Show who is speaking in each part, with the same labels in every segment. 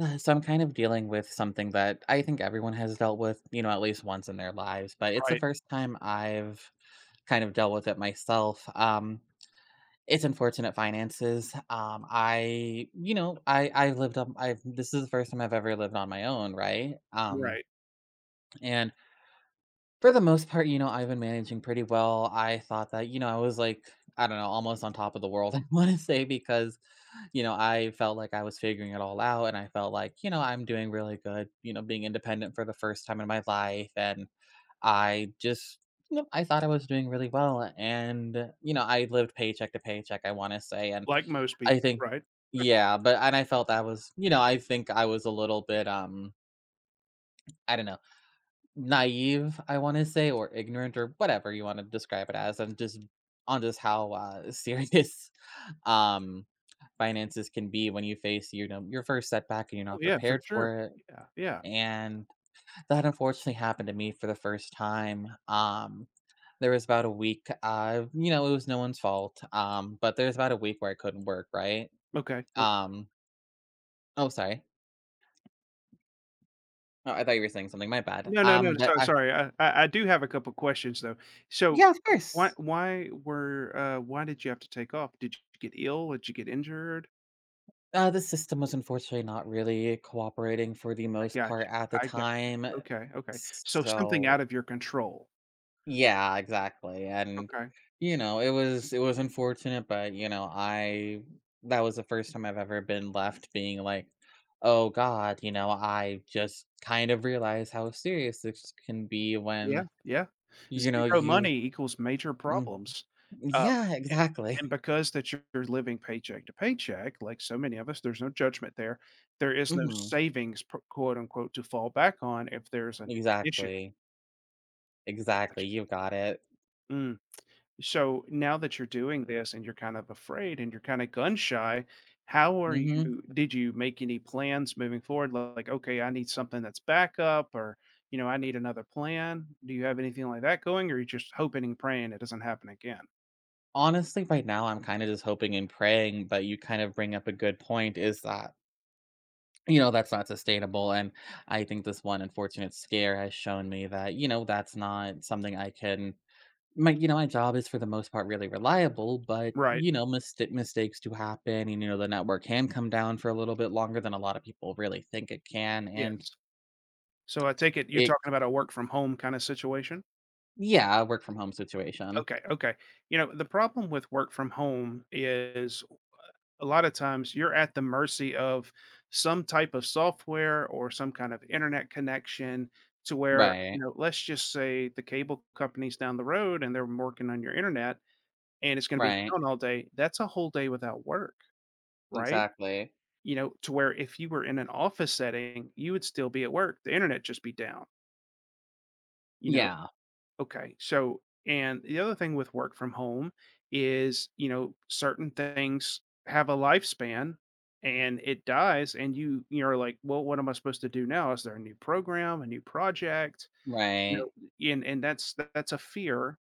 Speaker 1: So I'm kind of dealing with something that I think everyone has dealt with, you know, at least once in their lives, but it's the
Speaker 2: Right,
Speaker 1: first time I've kind of dealt with it myself. It's unfortunate finances. I, you know, I lived up. I've this is the first time I've ever lived on my own, right? Um,
Speaker 2: right,
Speaker 1: and for the most part, you know, I've been managing pretty well. I thought that, you know, I was like, I don't know, almost on top of the world. I want to say because you know, I felt like I was figuring it all out and I felt like, you know, I'm doing really good, you know, being independent for the first time in my life and I just you know, I thought I was doing really well and you know, I lived paycheck to paycheck, I want to say and
Speaker 2: like most
Speaker 1: I
Speaker 2: people,
Speaker 1: think
Speaker 2: right?
Speaker 1: yeah, but and I felt that was, you know, I think I was a little bit I don't know, naive, I want to say or ignorant or whatever you want to describe it as and just on just how serious um finances can be when you face, you know, your first setback and you're
Speaker 2: Oh,
Speaker 1: not
Speaker 2: yeah, for
Speaker 1: prepared
Speaker 2: sure.
Speaker 1: for it.
Speaker 2: Yeah, yeah.
Speaker 1: And that unfortunately happened to me for the first time. There was about a week, you know, it was no one's fault. But there was about a week where I couldn't work, right?
Speaker 2: Okay, ok.
Speaker 1: Um, oh, sorry. Oh, I thought you were saying something. My bad.
Speaker 2: No, no, no,
Speaker 1: But
Speaker 2: so
Speaker 1: I,
Speaker 2: sorry, I do have a couple questions, though. So,
Speaker 1: yeah, of course.
Speaker 2: why did you have to take off? Did you get ill? Did you get injured?
Speaker 1: The system was unfortunately not really cooperating for the
Speaker 2: I
Speaker 1: most
Speaker 2: got
Speaker 1: part
Speaker 2: you,
Speaker 1: at the
Speaker 2: I got you.
Speaker 1: time.
Speaker 2: Okay, okay. So something out
Speaker 1: So
Speaker 2: of your control.
Speaker 1: yeah, exactly, and,
Speaker 2: Okay.
Speaker 1: you know, it was unfortunate, but, you know, I that was the first time I've ever been left being like, "Oh god," you know, I just kind of realized how serious this can be
Speaker 2: Yeah,
Speaker 1: when,
Speaker 2: yeah.
Speaker 1: you know,
Speaker 2: Zero
Speaker 1: you
Speaker 2: money equals major
Speaker 1: mm,
Speaker 2: problems. Uh,
Speaker 1: yeah,
Speaker 2: and
Speaker 1: exactly.
Speaker 2: and because that you're living paycheck to paycheck, like so many of us, there's no judgment there. There is no
Speaker 1: Mhm.
Speaker 2: savings, p quote unquote, to fall back on if there's an issue.
Speaker 1: Exactly. Exactly,
Speaker 2: Gotcha.
Speaker 1: you got it.
Speaker 2: Mm. So now that you're doing this and you're kind of afraid and you're kind of gun shy, how are
Speaker 1: Mhm.
Speaker 2: you? Did you make any plans moving forward? Like, okay, I need something that's backup, or I need another plan. Do you have anything like that going, or are you just hoping and praying it doesn't happen again?
Speaker 1: Honestly, right now, I'm kinda just hoping and praying, but you kind of bring up a good point is that you know, that's not sustainable, and I think this one unfortunate scare has shown me that, you know, that's not something I can my you know, my job is for the most part really reliable, but,
Speaker 2: Right.
Speaker 1: you know, mistakes do happen, and, you know, the network can come down for a little bit longer than a lot of people really think it can, and
Speaker 2: Yes. So I take it you're
Speaker 1: it
Speaker 2: talking about a work from home kind of situation.
Speaker 1: yeah, a work from home situation.
Speaker 2: Okay. Okay. The problem with work from home is a lot of times you're at the mercy of some type of software or some kind of internet connection to where,
Speaker 1: Right,
Speaker 2: let's just say the cable company's down the road and they're working on your internet and it's going to be
Speaker 1: right,
Speaker 2: down all day. That's a whole day without work, right?
Speaker 1: exactly.
Speaker 2: To where if you were in an office setting, you would still be at work. The internet just be down, you know.
Speaker 1: Yeah,
Speaker 2: Okay. So, and the other thing with work from home is, certain things have a lifespan and it dies and you're like, "Well, what am I supposed to do now? Is there a new program, a new project?"
Speaker 1: right,
Speaker 2: And that's a fear,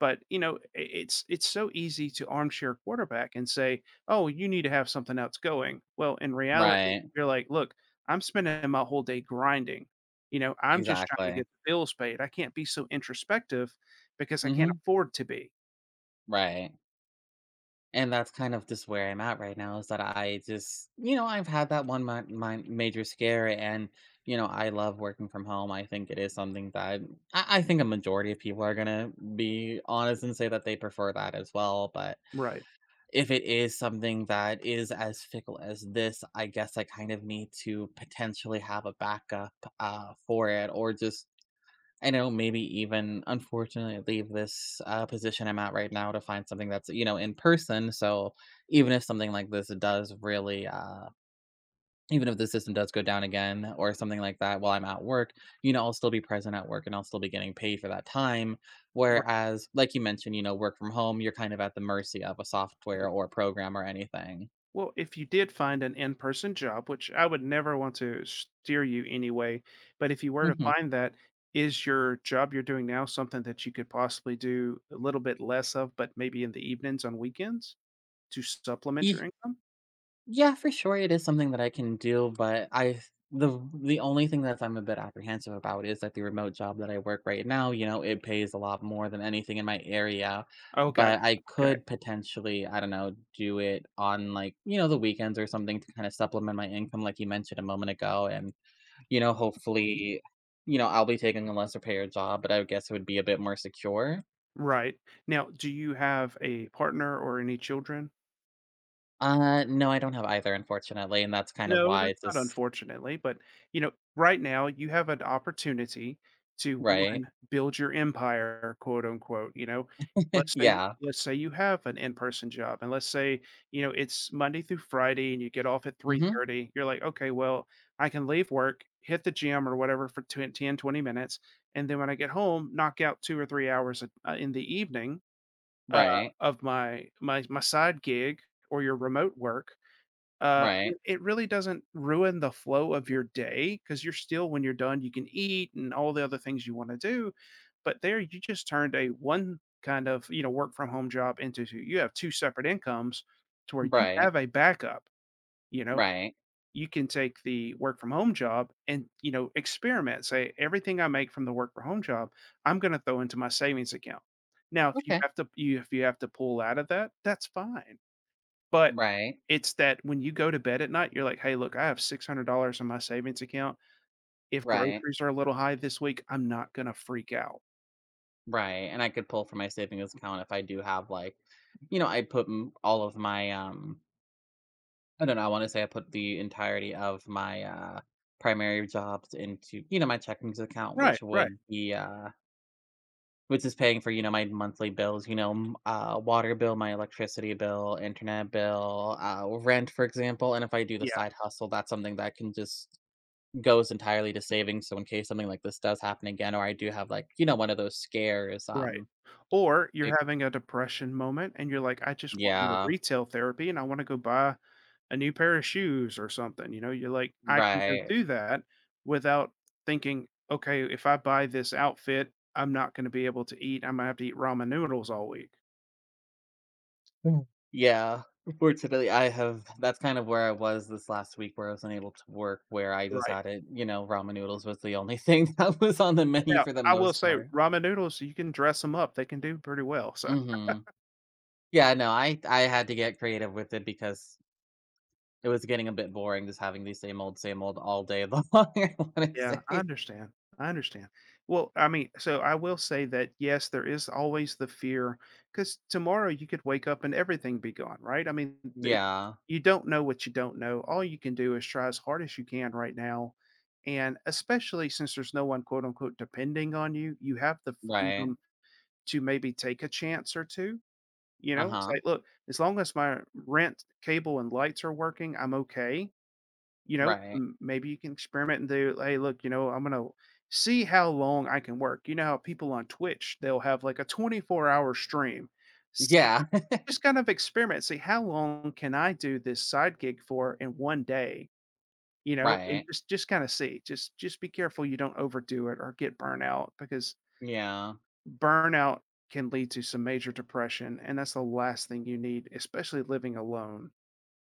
Speaker 2: but, I it's so easy to armchair quarterback and say, "Oh, you need to have something else going." Well, in reality,
Speaker 1: right,
Speaker 2: you're like, "Look, I'm spending my whole day grinding. You know, I'm just trying to get
Speaker 1: exactly.
Speaker 2: the bills paid. I can't be so introspective because I can't
Speaker 1: Mhm,
Speaker 2: afford to be."
Speaker 1: right. And that's kind of just where I'm at right now is that I just, you know, I've had that one my, my major scare and, you know, I love working from home. I think it is something that I think a majority of people are going to be honest and say that they prefer that as well. But
Speaker 2: Right.
Speaker 1: if it is something that is as fickle as this, I guess I kind of need to potentially have a backup for it or just I know maybe even unfortunately leave this, position I'm at right now to find something that's, you know, in person, so even if something like this does really, even if the system does go down again or something like that while I'm at work, you know, I'll still be present at work and I'll still be getting paid for that time,
Speaker 2: Right.
Speaker 1: whereas, like you mentioned, you know, work from home, you're kind of at the mercy of a
Speaker 2: Yeah.
Speaker 1: software or program or anything.
Speaker 2: Well, if you did find an in-person job, which I would never want to steer you anyway, but if you were to
Speaker 1: Mhm.
Speaker 2: find that, is your job you're doing now something that you could possibly do a little bit less of, but maybe in the evenings on weekends to supplement
Speaker 1: Yeah.
Speaker 2: your income?
Speaker 1: Yeah, for sure it is something that I can do, but I the only thing that I'm a bit apprehensive about is that the remote job that I work right now, you know, it pays a lot more than anything in my area.
Speaker 2: Oh, gotcha.
Speaker 1: But I
Speaker 2: Okay.
Speaker 1: could potentially, I don't know, do it on like, you know, the weekends or something to kind of supplement my income, like you mentioned a moment ago. And, you know, hopefully, you know, I'll be taking a lesser payer job, but I would guess it would be a bit more secure.
Speaker 2: Right. Now, do you have a partner or any children?
Speaker 1: No, I don't have either, unfortunately. And that's kind of
Speaker 2: No,
Speaker 1: why
Speaker 2: that's
Speaker 1: it's
Speaker 2: not
Speaker 1: just
Speaker 2: unfortunately, but, right now you have an opportunity to,
Speaker 1: right.
Speaker 2: one, build your empire, quote, unquote, you know? Let's say
Speaker 1: Yeah.
Speaker 2: let's say you have an in-person job, and let's say, it's Monday through Friday and you get off at
Speaker 1: Mm-hmm.
Speaker 2: 3:30. You're like, "Okay, well, I can leave work, hit the gym or whatever for twen 10, 20 minutes, and then when I get home, knock out 2 or 3 hours, in the evening, uh,
Speaker 1: Right,
Speaker 2: of my side gig or your remote work." Uh,
Speaker 1: right,
Speaker 2: it really doesn't ruin the flow of your day because 'cause you're still when you're done, you can eat and all the other things you wanna do, but there you just turned a one kind of, work from home job into two. You have two separate incomes to where you
Speaker 1: right,
Speaker 2: have a backup, you know?
Speaker 1: right.
Speaker 2: You can take the work from home job and, experiment, say, "Everything I make from the work from home job, I'm gonna throw into my savings account." Now if you
Speaker 1: Okay.
Speaker 2: have to you if you have to pull out of that, that's fine. But
Speaker 1: Right,
Speaker 2: it's that when you go to bed at night, you're like, "Hey, look, I have $600 in my savings account. If
Speaker 1: right,
Speaker 2: groceries are a little high this week, I'm not gonna freak out."
Speaker 1: right, and I could pull from my savings account if I do have, like you know, I put m all of my, I don't know, I wanna say I put the entirety of my, primary jobs into, you know, my checkings account,
Speaker 2: Right,
Speaker 1: which
Speaker 2: right.
Speaker 1: would be, which is paying for, you know, my monthly bills, you know, m water bill, my electricity bill, internet bill, rent, for example, and if I do the
Speaker 2: Yeah,
Speaker 1: side hustle, that's something that can just goes entirely to savings, so in case something like this does happen again or I do have, like, you know, one of those scares,
Speaker 2: right. Or you're
Speaker 1: it
Speaker 2: having a depression moment and you're like, "I just want a little
Speaker 1: yeah,
Speaker 2: retail therapy and I wanna go buy a new pair of shoes or something," you know, you're like, "I can go
Speaker 1: right.
Speaker 2: do that without thinking." Okay, if I buy this outfit, I'm not gonna be able to eat. I am gonna have to eat ramen noodles all week.'"
Speaker 1: Mm. Yeah, fortunately, I have that's kind of where I was this last week where I was unable to work, where I just
Speaker 2: Right.
Speaker 1: had it you know, ramen noodles was the only thing that was on the menu
Speaker 2: Now
Speaker 1: for the
Speaker 2: I will
Speaker 1: most
Speaker 2: say
Speaker 1: part.
Speaker 2: ramen noodles, you can dress them up. They can do pretty well. So,
Speaker 1: Mhm. Yeah, no, I had to get creative with it because it was getting a bit boring just having the same old all day long, I wanna
Speaker 2: yeah, I
Speaker 1: say.
Speaker 2: understand. I understand. Well, I mean, so I will say that yes, there is always the fear because tomorrow you could wake up and everything be gone, right? I mean, th-
Speaker 1: Yeah,
Speaker 2: you don't know what you don't know. All you can do is try as hard as you can right now. And especially since there's no one, quote unquote, depending on you, you have the
Speaker 1: right.
Speaker 2: freedom to maybe take a chance or two. It's
Speaker 1: Uh-huh,
Speaker 2: like, "Look, as long as my rent, cable, and lights are working, I'm okay."
Speaker 1: right.
Speaker 2: M maybe you can experiment and do, "Hey, look, I'm gonna see how long I can work." You know how people on Twitch, they'll have, like, a 24-hour stream. S
Speaker 1: Yeah,
Speaker 2: just kind of experiment, see, "How long can I do this side gig for in one day?" And
Speaker 1: right.
Speaker 2: just kinda see. Just be careful you don't overdo it or get burnout because
Speaker 1: Yeah,
Speaker 2: burnout can lead to some major depression, and that's the last thing you need, especially living alone.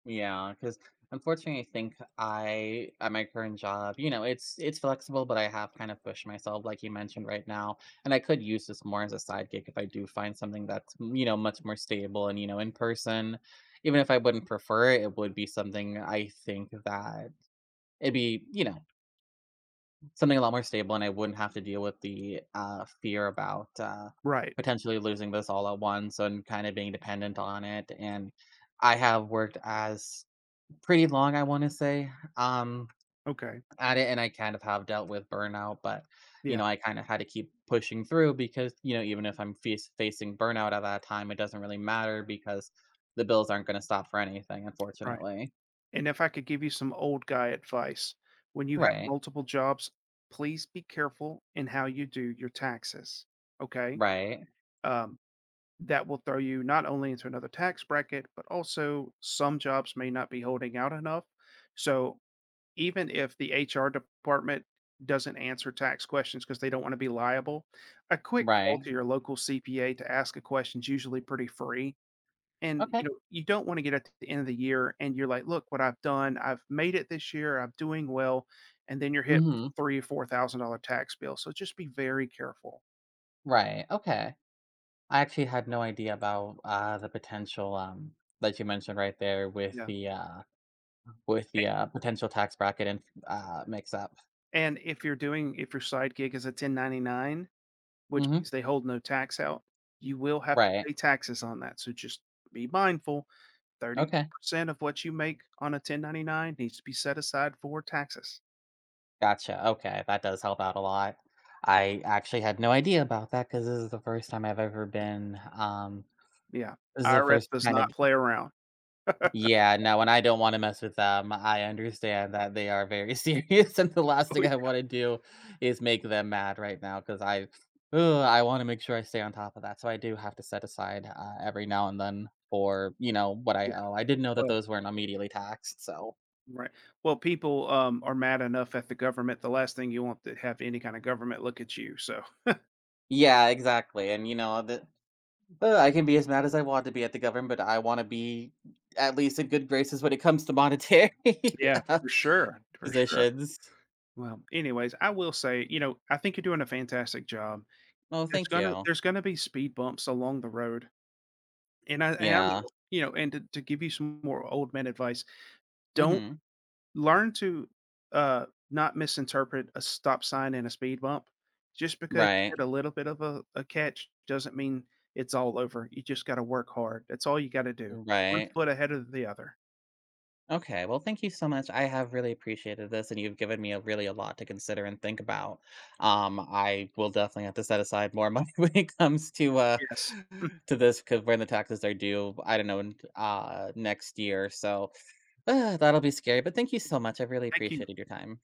Speaker 1: yeah. Because unfortunately, I think I at my current job, you know, it's flexible, but I have kind of pushed myself, like you mentioned right now, and I could use this more as a side gig if I do find something that's, m- you know, much more stable and, you know, in person. Even if I wouldn't prefer it, it would be something I think that it'd be, you know, something a lot more stable, and I wouldn't have to deal with the, fear about,
Speaker 2: Right.
Speaker 1: potentially losing this all at once and kinda being dependent on it, and I have worked as pretty long, I wanna say, um,
Speaker 2: Okay.
Speaker 1: at it, and I kind of have dealt with burnout, but, you
Speaker 2: Yeah.
Speaker 1: know, I kinda had to keep pushing through because, you know, even if I'm face facing burnout at that time, it doesn't really matter because the bills aren't gonna stop for anything,
Speaker 2: Right.
Speaker 1: unfortunately.
Speaker 2: And if I could give you some old guy advice, when you have
Speaker 1: Right.
Speaker 2: multiple jobs, please be careful in how you do your taxes. Okay.
Speaker 1: Right.
Speaker 2: Um, that will throw you not only into another tax bracket, but also some jobs may not be holding out enough. So even if the HR department doesn't answer tax questions because they don't want to be liable, a quick call
Speaker 1: Right.
Speaker 2: to your local CPA to ask a question is usually pretty free. And
Speaker 1: Okay.
Speaker 2: you don't want to get at the end of the year and you're like, "Look what I've done, I've made it this year, I'm doing well," and then you're hit with
Speaker 1: Mhm.
Speaker 2: three or four thousand dollar tax bill. So just be very careful.
Speaker 1: Right. Okay. I actually had no idea about the potential that you mentioned right there
Speaker 2: Yeah.
Speaker 1: with
Speaker 2: A-
Speaker 1: the potential tax bracket and mix up.
Speaker 2: And if you're doing if your side gig is a 1099, which means
Speaker 1: Hmm.
Speaker 2: they hold no tax out. You will have to
Speaker 1: Right.
Speaker 2: pay taxes on that, so just be mindful,
Speaker 1: Okay.
Speaker 2: 30% of what you make on a 1099 needs to be set aside for taxes.
Speaker 1: Gotcha. Okay, that does help out a lot. I actually had no idea about that because this is the first time I've ever been. Um,
Speaker 2: Yeah,
Speaker 1: this is the
Speaker 2: IRS
Speaker 1: first
Speaker 2: does
Speaker 1: kind
Speaker 2: not
Speaker 1: of
Speaker 2: play around.
Speaker 1: yeah, no, and I don't wanna mess with them. I understand that they are very serious, and the last
Speaker 2: Oh,
Speaker 1: thing I
Speaker 2: yeah,
Speaker 1: wanna do is make them mad right now. Because I ugh, I wanna make sure I stay on top of that, so I do have to set aside, every now and then for, you know, what I
Speaker 2: yeah,
Speaker 1: owe. I didn't know that
Speaker 2: well,
Speaker 1: those weren't immediately taxed, so
Speaker 2: right. Well, people, are mad enough at the government, the last thing you want to have any kinda government look at you, so
Speaker 1: yeah, exactly, and, you know, the I can be as mad as I want to be at the government, but I wanna be at least in good graces when it comes to monetary
Speaker 2: yeah,
Speaker 1: uh,
Speaker 2: for sure, for sure.
Speaker 1: positions.
Speaker 2: Well, anyways, I will say, I think you're doing a fantastic job.
Speaker 1: Oh,
Speaker 2: There's
Speaker 1: thank
Speaker 2: gonna
Speaker 1: you.
Speaker 2: there's gonna be speed bumps along the road, and I am,
Speaker 1: Yeah.
Speaker 2: you know, and to give you some more old man advice: don't
Speaker 1: Mhm.
Speaker 2: learn to, not misinterpret a stop sign and a speed bump. Just because you had
Speaker 1: Right,
Speaker 2: a little bit of a catch doesn't mean it's all over. You just gotta work hard. That's all you gotta do. One
Speaker 1: right.
Speaker 2: foot ahead of the other.
Speaker 1: Okay, well, thank you so much. I have really appreciated this, and you've given me a really a lot to consider and think about. I will definitely have to set aside more money when it comes
Speaker 2: Yes.
Speaker 1: to this because when the taxes are due, I don't know, in, next year. So that'll be scary. But thank you so much. I really
Speaker 2: Thank you.
Speaker 1: appreciated your time.